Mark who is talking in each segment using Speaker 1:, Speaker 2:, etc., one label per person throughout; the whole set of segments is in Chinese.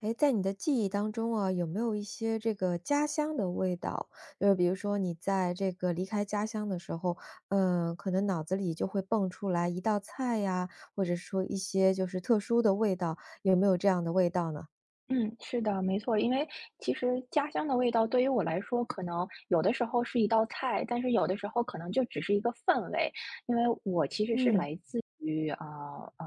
Speaker 1: 哎，在你的记忆当中啊，有没有一些这个家乡的味道？就是比如说你在这个离开家乡的时候，可能脑子里就会蹦出来一道菜呀，或者说一些就是特殊的味道，有没有这样的味道呢？
Speaker 2: 嗯，是的，没错。因为其实家乡的味道对于我来说，可能有的时候是一道菜，但是有的时候可能就只是一个氛围。因为我其实是
Speaker 1: 嗯，
Speaker 2: 来自于呃呃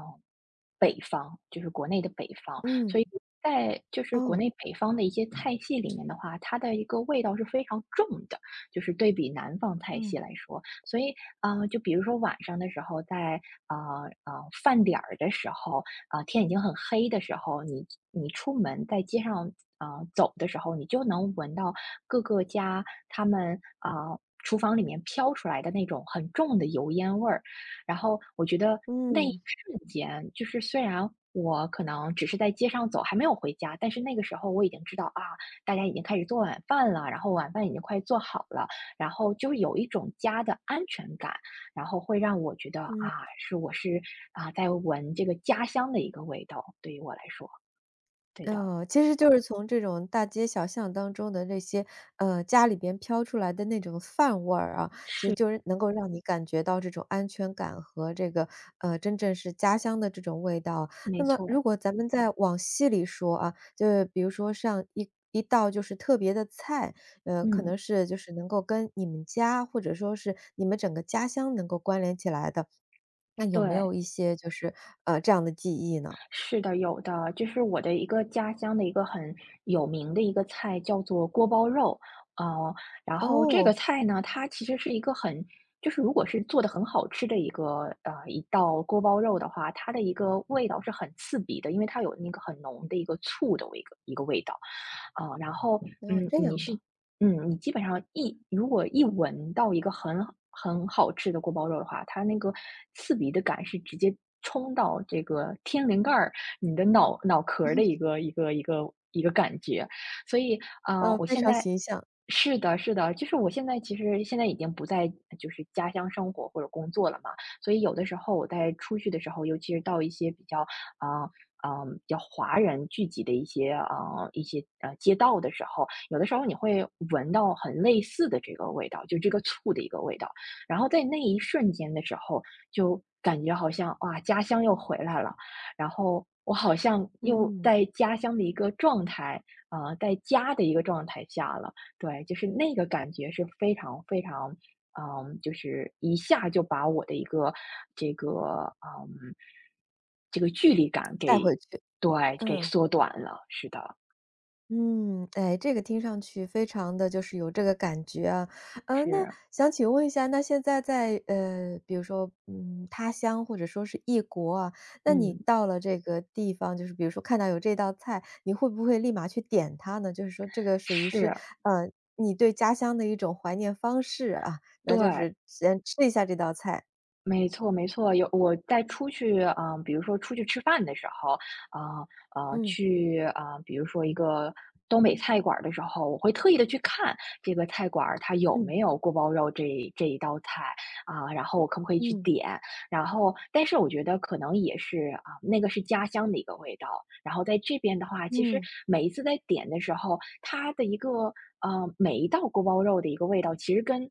Speaker 2: 北方，就是国内的北方，
Speaker 1: 嗯，
Speaker 2: 所以在就是国
Speaker 1: 哦，
Speaker 2: 内北方的一些菜系里面的话，它的一个味道是非常重的，就是对比南方菜系
Speaker 1: 嗯，
Speaker 2: 来说。所以就比如说晚上的时候在，啊饭点儿的时候。天已经很黑的时候，你出门在街上走的时候，你就能闻到各个家他们厨房里面飘出来的那种很重的油烟味儿。然后我觉得那一
Speaker 1: 嗯，
Speaker 2: 瞬间，就是虽然我可能只是在街上走，还没有回家，但是那个时候我已经知道啊，大家已经开始做晚饭了，然后晚饭已经快做好了，然后就有一种家的安全感。然后会让我觉得啊，
Speaker 1: 嗯。
Speaker 2: 我是在闻这个家乡的一个味道，对于我来说。对的。
Speaker 1: 嗯，其实就是从这种大街小巷当中的那些，家里边飘出来的那种饭味儿啊，其实就是能够让你感觉到这种安全感和这个，真正是家乡的这种味道。
Speaker 2: 没
Speaker 1: 那么如
Speaker 2: 错，
Speaker 1: 果咱们再往细里说啊，就是比如说像一道就是特别的菜，可
Speaker 2: 嗯，
Speaker 1: 能是就是能够跟你们家或者说是你们整个家乡能够关联起来的，那有没
Speaker 2: 对，
Speaker 1: 有一些就是，这样的记忆呢？
Speaker 2: 是的。有的，就是我的一个家乡的一个很有名的一个菜，叫做锅包肉。呃，然后这个
Speaker 1: 哦，
Speaker 2: 菜呢，它其实是一个很，就是如果是做的很好吃的一个一道锅包肉的话，它的一个味道是很刺鼻的，因为它有那个很浓的一个醋的一个味道。然后，
Speaker 1: 没有
Speaker 2: 嗯，
Speaker 1: 这
Speaker 2: 你
Speaker 1: 样
Speaker 2: 是
Speaker 1: 的。
Speaker 2: 嗯，你基本上如果一闻到一个很好吃的锅包肉的话，它那个刺鼻的感是直接冲到这个天灵盖儿，你的脑壳儿的一个感觉。所以，我
Speaker 1: 非
Speaker 2: 现
Speaker 1: 常
Speaker 2: 在
Speaker 1: 形象，
Speaker 2: 是的，是的，就是我现在其实现在已经不在就是家乡生活或者工作了嘛。所以有的时候我在出去的时候，尤其是到一些啊、呃比较华人聚集的一些街道的时候，有的时候你会闻到很类似的这个味道，就这个醋的一个味道。然后在那一瞬间的时候，就感觉好像哇，家乡又回来了，然后我好像又
Speaker 1: 嗯，
Speaker 2: 在家乡的一个状态，在家的一个状态下了。对，就是那个感觉是非常非常，就是一下就把我的一个这个嗯，这个距离感
Speaker 1: 带
Speaker 2: 给
Speaker 1: 回去，
Speaker 2: 对，给
Speaker 1: 嗯。
Speaker 2: 缩短了，是的，
Speaker 1: 嗯，哎，这个听上去非常的就是有这个感觉啊。啊，那
Speaker 2: 是，
Speaker 1: 想请问一下，那现在在，比如说，他乡或者说是异国啊，那你
Speaker 2: 嗯，
Speaker 1: 到了这个地方，就是比如说看到有这道菜，你会不会立马去点它呢？就是说这个属于是，
Speaker 2: 是，
Speaker 1: 呃，你对家乡的一种怀念方式啊，那就
Speaker 2: 对。
Speaker 1: 是先吃一下这道菜，
Speaker 2: 没错没错，有我在出去，比如说出去吃饭的时候，啊呃，呃
Speaker 1: 嗯。
Speaker 2: 去啊、呃比如说一个东北菜馆儿的时候，我会特意的去看这个菜馆儿它有
Speaker 1: 嗯。
Speaker 2: 没有锅包肉这一道菜然后我可不可以去
Speaker 1: 嗯。
Speaker 2: 点？然后，但是我觉得可能也是那个是家乡的一个味道。然后在这边的话，其实
Speaker 1: 嗯，
Speaker 2: 每一次在点的时候，它的一个呃，每一道锅包肉的一个味道，其实跟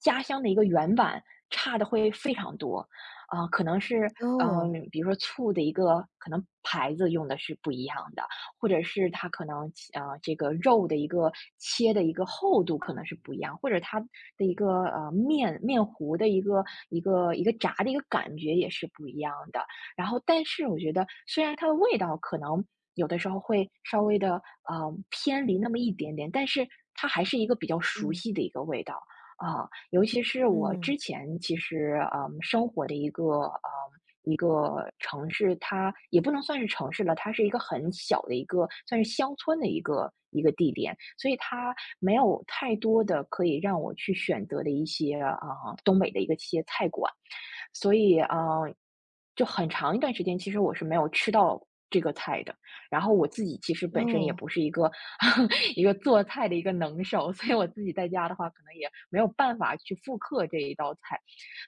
Speaker 2: 家乡的一个原版差的会非常多。可能是
Speaker 1: 哦，
Speaker 2: 比如说醋的一个可能牌子用的是不一样的，或者是它可能这个肉的一个切的一个厚度可能是不一样，或者它的一个面糊的一个炸的一个感觉也是不一样的。然后，但是我觉得虽然它的味道可能有的时候会稍微的，偏离那么一点点，但是它还是一个比较熟
Speaker 1: 嗯。
Speaker 2: 悉的一个味道啊。尤其是我
Speaker 1: 嗯，
Speaker 2: 之前其实，生活的一个一个城市，它也不能算是城市了，它是一个很小的一个算是乡村的一个地点，所以它没有太多的可以让我去选择的一些，东北的一个一些菜馆。所以就很长一段时间，其实我是没有吃到这个菜的。然后我自己其实本身也
Speaker 1: 哦，
Speaker 2: 不是一个 一个做菜的一个能手，所以我自己在家的话，可能也没有办法去复刻这一道菜。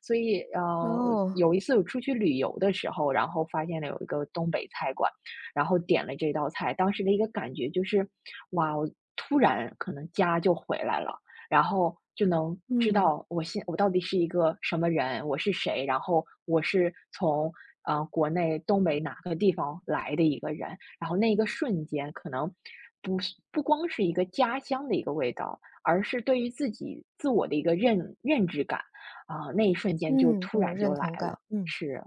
Speaker 2: 所以，
Speaker 1: 哦，
Speaker 2: 有一次我出去旅游的时候，然后发现了有一个东北菜馆，然后点了这道菜，当时的一个感觉就是，哇，我突然可能家就回来了。然后就能知
Speaker 1: 嗯，
Speaker 2: 道我到底是一个什么人，我是谁，然后我是从国内东北哪个地方来的一个人，然后那一个瞬间可能不是不光是一个家乡的一个味道，而是对于自己自我的一个认知感那一瞬间就
Speaker 1: 嗯，这
Speaker 2: 突
Speaker 1: 种
Speaker 2: 然就
Speaker 1: 认
Speaker 2: 来
Speaker 1: 同感，
Speaker 2: 了，
Speaker 1: 嗯。
Speaker 2: 是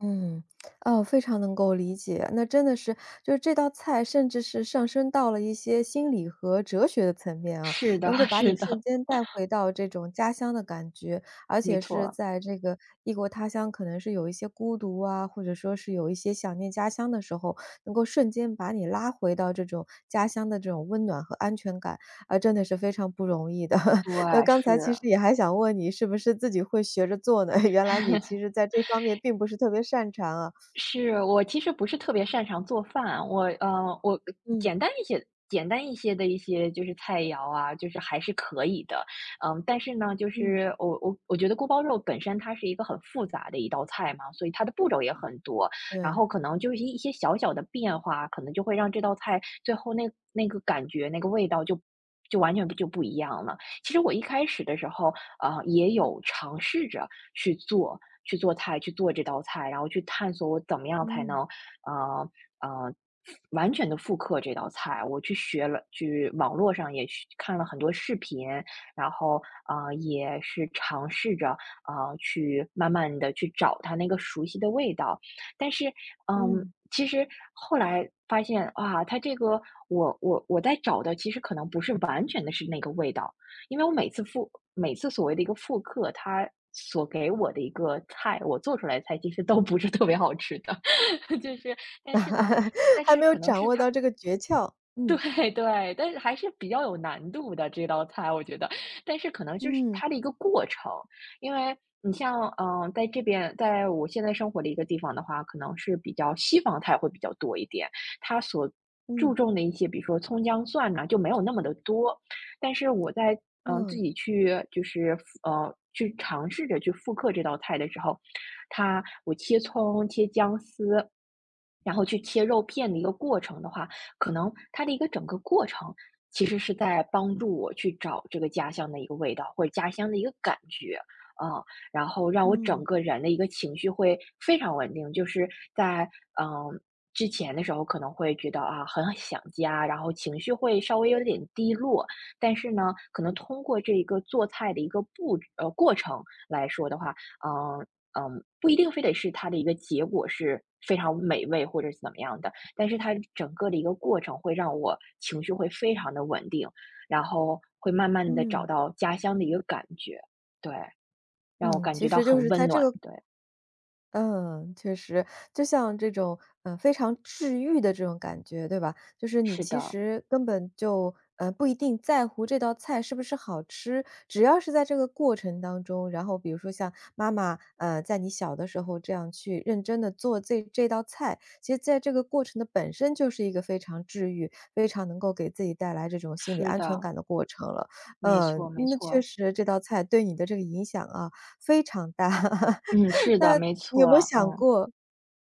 Speaker 1: 嗯，哦，非常能够理解。那真的是，就是这道菜甚至是上升到了一些心理和哲学的层面啊，
Speaker 2: 是的，
Speaker 1: 能够 把你
Speaker 2: 是
Speaker 1: 瞬
Speaker 2: 的，
Speaker 1: 间带回到这种家乡的感觉，而
Speaker 2: 没
Speaker 1: 且是
Speaker 2: 错，
Speaker 1: 在这个异国他乡，可能是有一些孤独啊，或者说是有一些想念家乡的时候，能够瞬间把你拉回到这种家乡的这种温暖和安全感，啊，真的是非常不容易的。
Speaker 2: 对，
Speaker 1: 那刚才其
Speaker 2: 是。
Speaker 1: 实也还想问你是不是自己会学着做呢？原来你其实在这方面并不是特别擅长啊。
Speaker 2: 是，我其实不是特别擅长做饭，我
Speaker 1: 嗯。
Speaker 2: 简单一些的一些就是菜肴啊，就是还是可以的。嗯，但是呢，就
Speaker 1: 嗯。
Speaker 2: 是我觉得锅包肉本身它是一个很复杂的一道菜嘛，所以它的步骤也很多，然
Speaker 1: 对。
Speaker 2: 后可能就是一些小小的变化，可能就会让这道菜最后那个感觉、那个味道就完全不一样了。其实我一开始的时候，也有尝试着去做去做菜，去做这道菜，然后去探索我怎么样才能，
Speaker 1: 嗯。
Speaker 2: 呃呃，完全的复刻这道菜。我去学了，去网络上也去看了很多视频，然后也是尝试着去慢慢的去找它那个熟悉的味道，但是，
Speaker 1: 嗯。
Speaker 2: 其实后来发现，它这个我在找的，其实可能不是完全的是那个味道，因为我每次所谓的一个复刻，它所给我的一个菜，我做出来的菜其实都不是特别好吃的，就是但是呢，但
Speaker 1: 还
Speaker 2: 是
Speaker 1: 没有
Speaker 2: 可能
Speaker 1: 掌
Speaker 2: 是
Speaker 1: 握
Speaker 2: 它
Speaker 1: 到这个诀窍，嗯。
Speaker 2: 对对，但是还是比较有难度的这道菜，我觉得。但是可能就是
Speaker 1: 嗯。
Speaker 2: 它的一个过程，因为你像，在这边，在我现在生活的一个地方的话，可能是比较西方菜会比较多一点，它所注
Speaker 1: 嗯。
Speaker 2: 重的一些，比如说葱姜蒜呢就没有那么的多。但是我在，自
Speaker 1: 嗯。
Speaker 2: 己去去尝试着去复刻这道菜的时候，我切葱、切姜丝，然后去切肉片的一个过程的话，可能它的一个整个过程，其实是在帮助我去找这个家乡的一个味道，或者家乡的一个感觉。啊，然后让我整
Speaker 1: 嗯。
Speaker 2: 个人的一个情绪会非常稳定，就是在嗯之前的时候可能会觉得啊很想家，然后情绪会稍微有点低落，但是呢，可能通过这一个做菜的一个过程来说的话，嗯嗯，不一定非得是它的一个结果是非常美味或者是怎么样的，但是它整个的一个过程会让我情绪会非常的稳定，然后会慢慢的找
Speaker 1: 嗯。
Speaker 2: 到家乡的一个感觉，对，让我
Speaker 1: 嗯，
Speaker 2: 感
Speaker 1: 其
Speaker 2: 觉到
Speaker 1: 实就
Speaker 2: 很
Speaker 1: 是
Speaker 2: 温
Speaker 1: 在这
Speaker 2: 暖，
Speaker 1: 个
Speaker 2: 对，
Speaker 1: 嗯，确实，就像这种，非常治愈的这种感觉，对吧？就是你
Speaker 2: 是
Speaker 1: 其
Speaker 2: 的，
Speaker 1: 实根本就，不一定在乎这道菜是不是好吃，只要是在这个过程当中，然后比如说像妈妈，在你小的时候这样去认真的做这道菜，其实在这个过程的本身就是一个非常治愈，非常能够给自己带来这种心理
Speaker 2: 是
Speaker 1: 安全
Speaker 2: 的，
Speaker 1: 感的过程了。
Speaker 2: 没错没
Speaker 1: 那确
Speaker 2: 错，
Speaker 1: 实这道菜对你的这个影响啊，非常大。
Speaker 2: 嗯，是的，
Speaker 1: 那
Speaker 2: 没
Speaker 1: 你有
Speaker 2: 错，
Speaker 1: 没有想
Speaker 2: 嗯。
Speaker 1: 过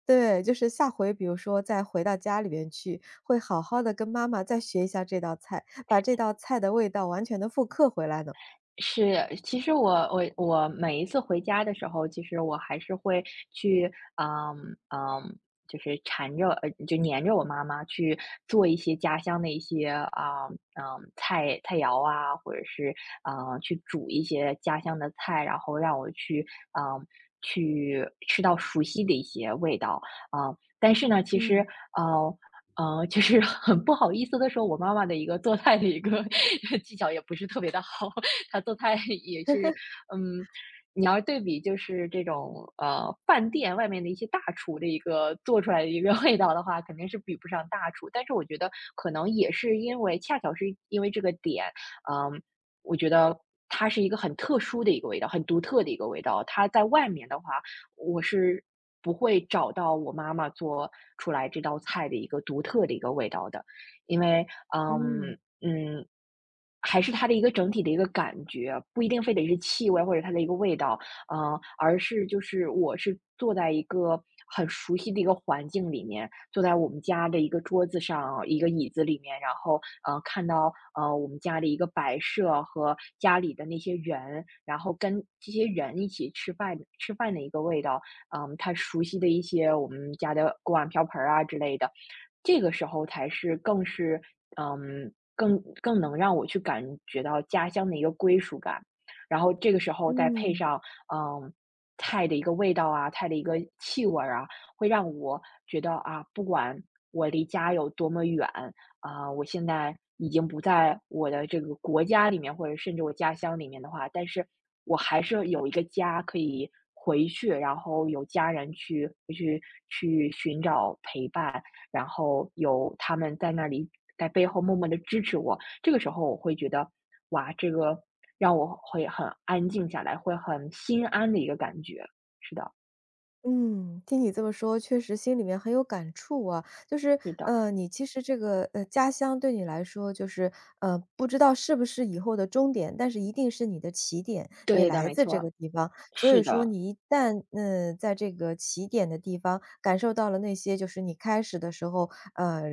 Speaker 1: 对，就是下回比如说再回到家里边去，会好好的跟妈妈再学一下这道菜，把这道菜的味道完全的复刻回来呢？
Speaker 2: 是，其实我每一次回家的时候，其实我还是会去，嗯嗯，就是缠着，就黏着我妈妈去做一些家乡的一些啊，嗯，菜肴啊，或者是去煮一些家乡的菜，然后让我去，嗯，去吃到熟悉的一些味道，啊，但是呢，其实，
Speaker 1: 嗯。
Speaker 2: 呃。就是很不好意思的说，我妈妈的一个做菜的一个 技巧也不是特别的好，他做菜 也是，嗯，你要是对比就是这种饭店外面的一些大厨的一个做出来的一个 味道的话，肯定是比不上大厨。但是我觉得可能也是因为恰巧是因为这个点，嗯，我觉得它是一个很特殊的一个味道，很独特的一个味道。它在外面的话，我是不会找到我妈妈做出来这道菜的一个独特的一个味道的，因为
Speaker 1: 嗯。
Speaker 2: 嗯，嗯，还是它的一个整体的一个感觉，不一定非得是气味或者它的一个味道，嗯，而是就是我是坐在一个很熟悉的一个环境里面，坐在我们家的一个桌子上、一个椅子里面，然后看到我们家的一个摆设和家里的那些人，然后跟这些人一起吃饭的一个味道，嗯、他熟悉的一些我们家的锅碗瓢盆儿啊之类的，这个时候才是更是嗯，更能让我去感觉到家乡的一个归属感。然后这个时候再配
Speaker 1: 嗯。
Speaker 2: 上，嗯，菜的一个味道啊，菜的一个气味儿啊，会让我觉得啊，不管我离家有多么远，啊，我现在已经不在我的这个国家里面，或者甚至我家乡里面的话，但是我还是有一个家可以回去，然后有家人去寻找陪伴，然后有他们在那里在背后默默的支持我，这个时候我会觉得，哇，这个让我会很安静下来，会很心安的一个感觉。是的，
Speaker 1: 嗯，听你这么说，确实心里面很有感触啊。就是，
Speaker 2: 是的，
Speaker 1: 你其实这个，家乡对你来说就是，不知道是不是以后的终点，但是一定是你的起点，你
Speaker 2: 对的，
Speaker 1: 来
Speaker 2: 没
Speaker 1: 自这个
Speaker 2: 错，
Speaker 1: 地方。所以
Speaker 2: 是
Speaker 1: 说
Speaker 2: 的，
Speaker 1: 你一旦，在这个起点的地方感受到了那些就是你开始的时候，呃，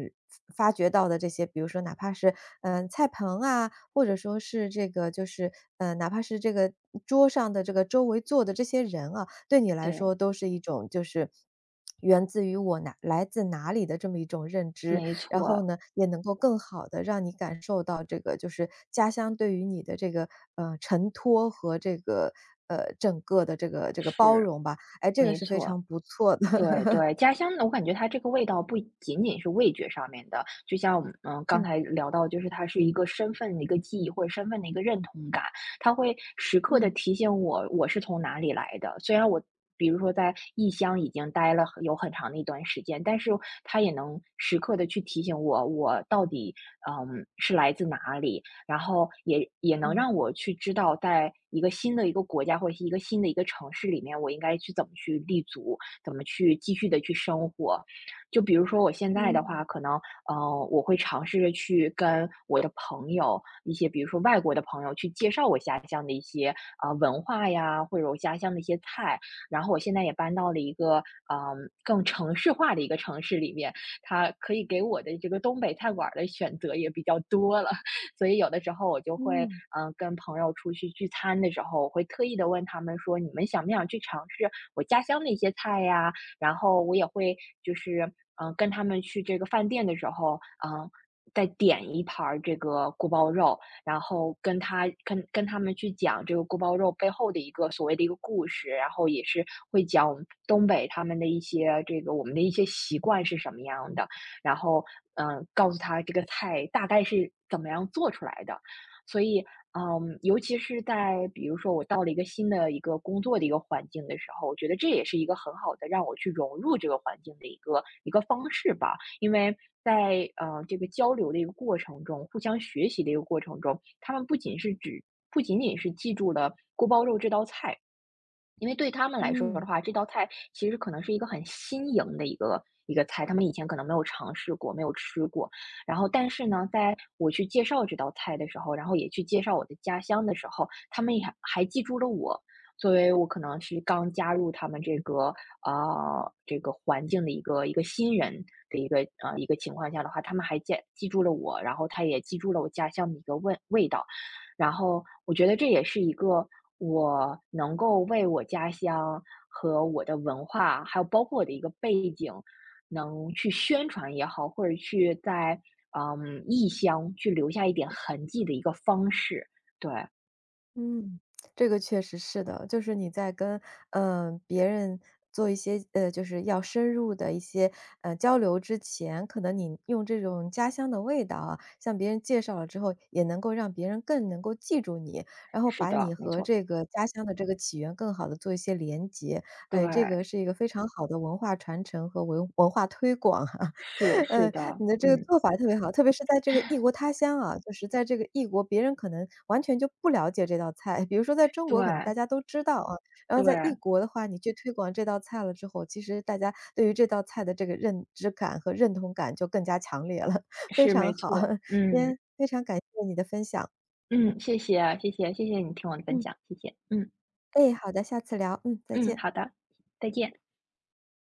Speaker 1: 发掘到的这些，比如说哪怕是，菜盆啊，或者说是这个就是，哪怕是这个桌上的这个周围坐的这些人啊，对你来
Speaker 2: 对，
Speaker 1: 说都是一种就是源自于我来自哪里的这么一种认知。
Speaker 2: 没
Speaker 1: 然后
Speaker 2: 错，
Speaker 1: 呢，也能够更好的让你感受到这个就是家乡对于你的这个，承托和这个，整个的这个包
Speaker 2: 是，
Speaker 1: 容吧。哎，这个
Speaker 2: 没
Speaker 1: 是非常
Speaker 2: 错。
Speaker 1: 不错的。
Speaker 2: 对 对，家乡的我感觉它这个味道不仅仅是味觉上面的，就像我们嗯刚
Speaker 1: 嗯。
Speaker 2: 才聊到，就是它是一个身份的一个记忆或者身份的一个认同感，它会时刻的
Speaker 1: 嗯。
Speaker 2: 提醒我我是从哪里来的。虽然我比如说在异乡已经待了很有很长的一段时间，但是它也能时刻的去提醒我我到底嗯是来自哪里，然后也能
Speaker 1: 嗯。
Speaker 2: 让我去知道在一个新的一个国家或者是一个新的一个城市里面，我应该去怎么去立足。怎么去继续的去生活。就比如说我现在的话，
Speaker 1: 嗯。
Speaker 2: 可能，我会尝试着去跟我的朋友，一些比如说外国的朋友去介绍我家乡的一些啊，文化呀，或者我家乡的一些菜。然后我现在也搬到了一个嗯，更城市化的一个城市里面，它可以给我的这个东北菜馆儿的选择也比较多了。所以有的时候我就会，
Speaker 1: 嗯。
Speaker 2: 嗯、跟朋友出去聚餐的时候，我会特意的问他们说，你们想不想去尝试我家乡的一些菜呀？然后我也会就是，嗯、跟他们去这个饭店的时候，嗯、再点一盘儿这个锅包肉，然后跟他跟跟他们去讲这个锅包肉背后的一个所谓的一个故事，然后也是会讲我们东北他们的一些这个我们的一些习惯是什么样的，然后嗯、告诉他这个菜大概是怎么样做出来的。所以，嗯，尤其是在比如说我到了一个新的一个工作的一个环境的时候，我觉得这也是一个很好的让我去融入这个环境的一个方式吧。因为在这个交流的一个过程中，互相学习的一个过程中，他们不仅仅是记住了锅包肉这道菜，因为对他们来说
Speaker 1: 嗯。
Speaker 2: 的话，这道菜其实可能是一个很新颖的一个菜，他们以前可能没有尝试过，没有吃过。然后，但是呢，在我去介绍这道菜的时候，然后也去介绍我的家乡的时候，他们也还记住了我。作为我可能是刚加入他们这个啊这个环境的一个新人的一个一个情况下的话，他们还记住了我，然后他也记住了我家乡的一个味道。然后我觉得这也是一个我能够为我家乡和我的文化，还有包括我的一个背景，能去宣传也好，或者去在嗯异乡去留下一点痕迹的一个方式。对，
Speaker 1: 嗯，这个确实是的，就是你在跟别人做一些就是要深入的一些交流之前，可能你用这种家乡的味道啊，向别人介绍了之后，也能够让别人更能够记住你，然后
Speaker 2: 是
Speaker 1: 把你
Speaker 2: 的，没
Speaker 1: 和
Speaker 2: 错，
Speaker 1: 这个家乡的这个起源更好的做一些连接。
Speaker 2: 对，
Speaker 1: 哎，这个是一个非常好的文化传承和文化推广啊。
Speaker 2: 是是
Speaker 1: 嗯，
Speaker 2: 的，
Speaker 1: 你的这个
Speaker 2: 嗯，
Speaker 1: 做法特别好，特别是在这个异国他乡啊，就是在这个异国，别人可能完全就不了解这道菜。比如说在中
Speaker 2: 对
Speaker 1: 国可能大家都知道啊，然后在异
Speaker 2: 对，
Speaker 1: 国的话，你去推广这道菜了之后，其实大家对于这道菜的这个认知感和认同感就更加强烈了，非
Speaker 2: 是
Speaker 1: 常
Speaker 2: 没
Speaker 1: 好。
Speaker 2: 错，
Speaker 1: 今
Speaker 2: 嗯
Speaker 1: 天非常感谢你的分享。
Speaker 2: 嗯，谢谢啊谢谢你听我的分
Speaker 1: 嗯，
Speaker 2: 享，谢谢，嗯
Speaker 1: 哎，好的，下次聊，嗯，再
Speaker 2: 嗯，
Speaker 1: 见。
Speaker 2: 好的，再见。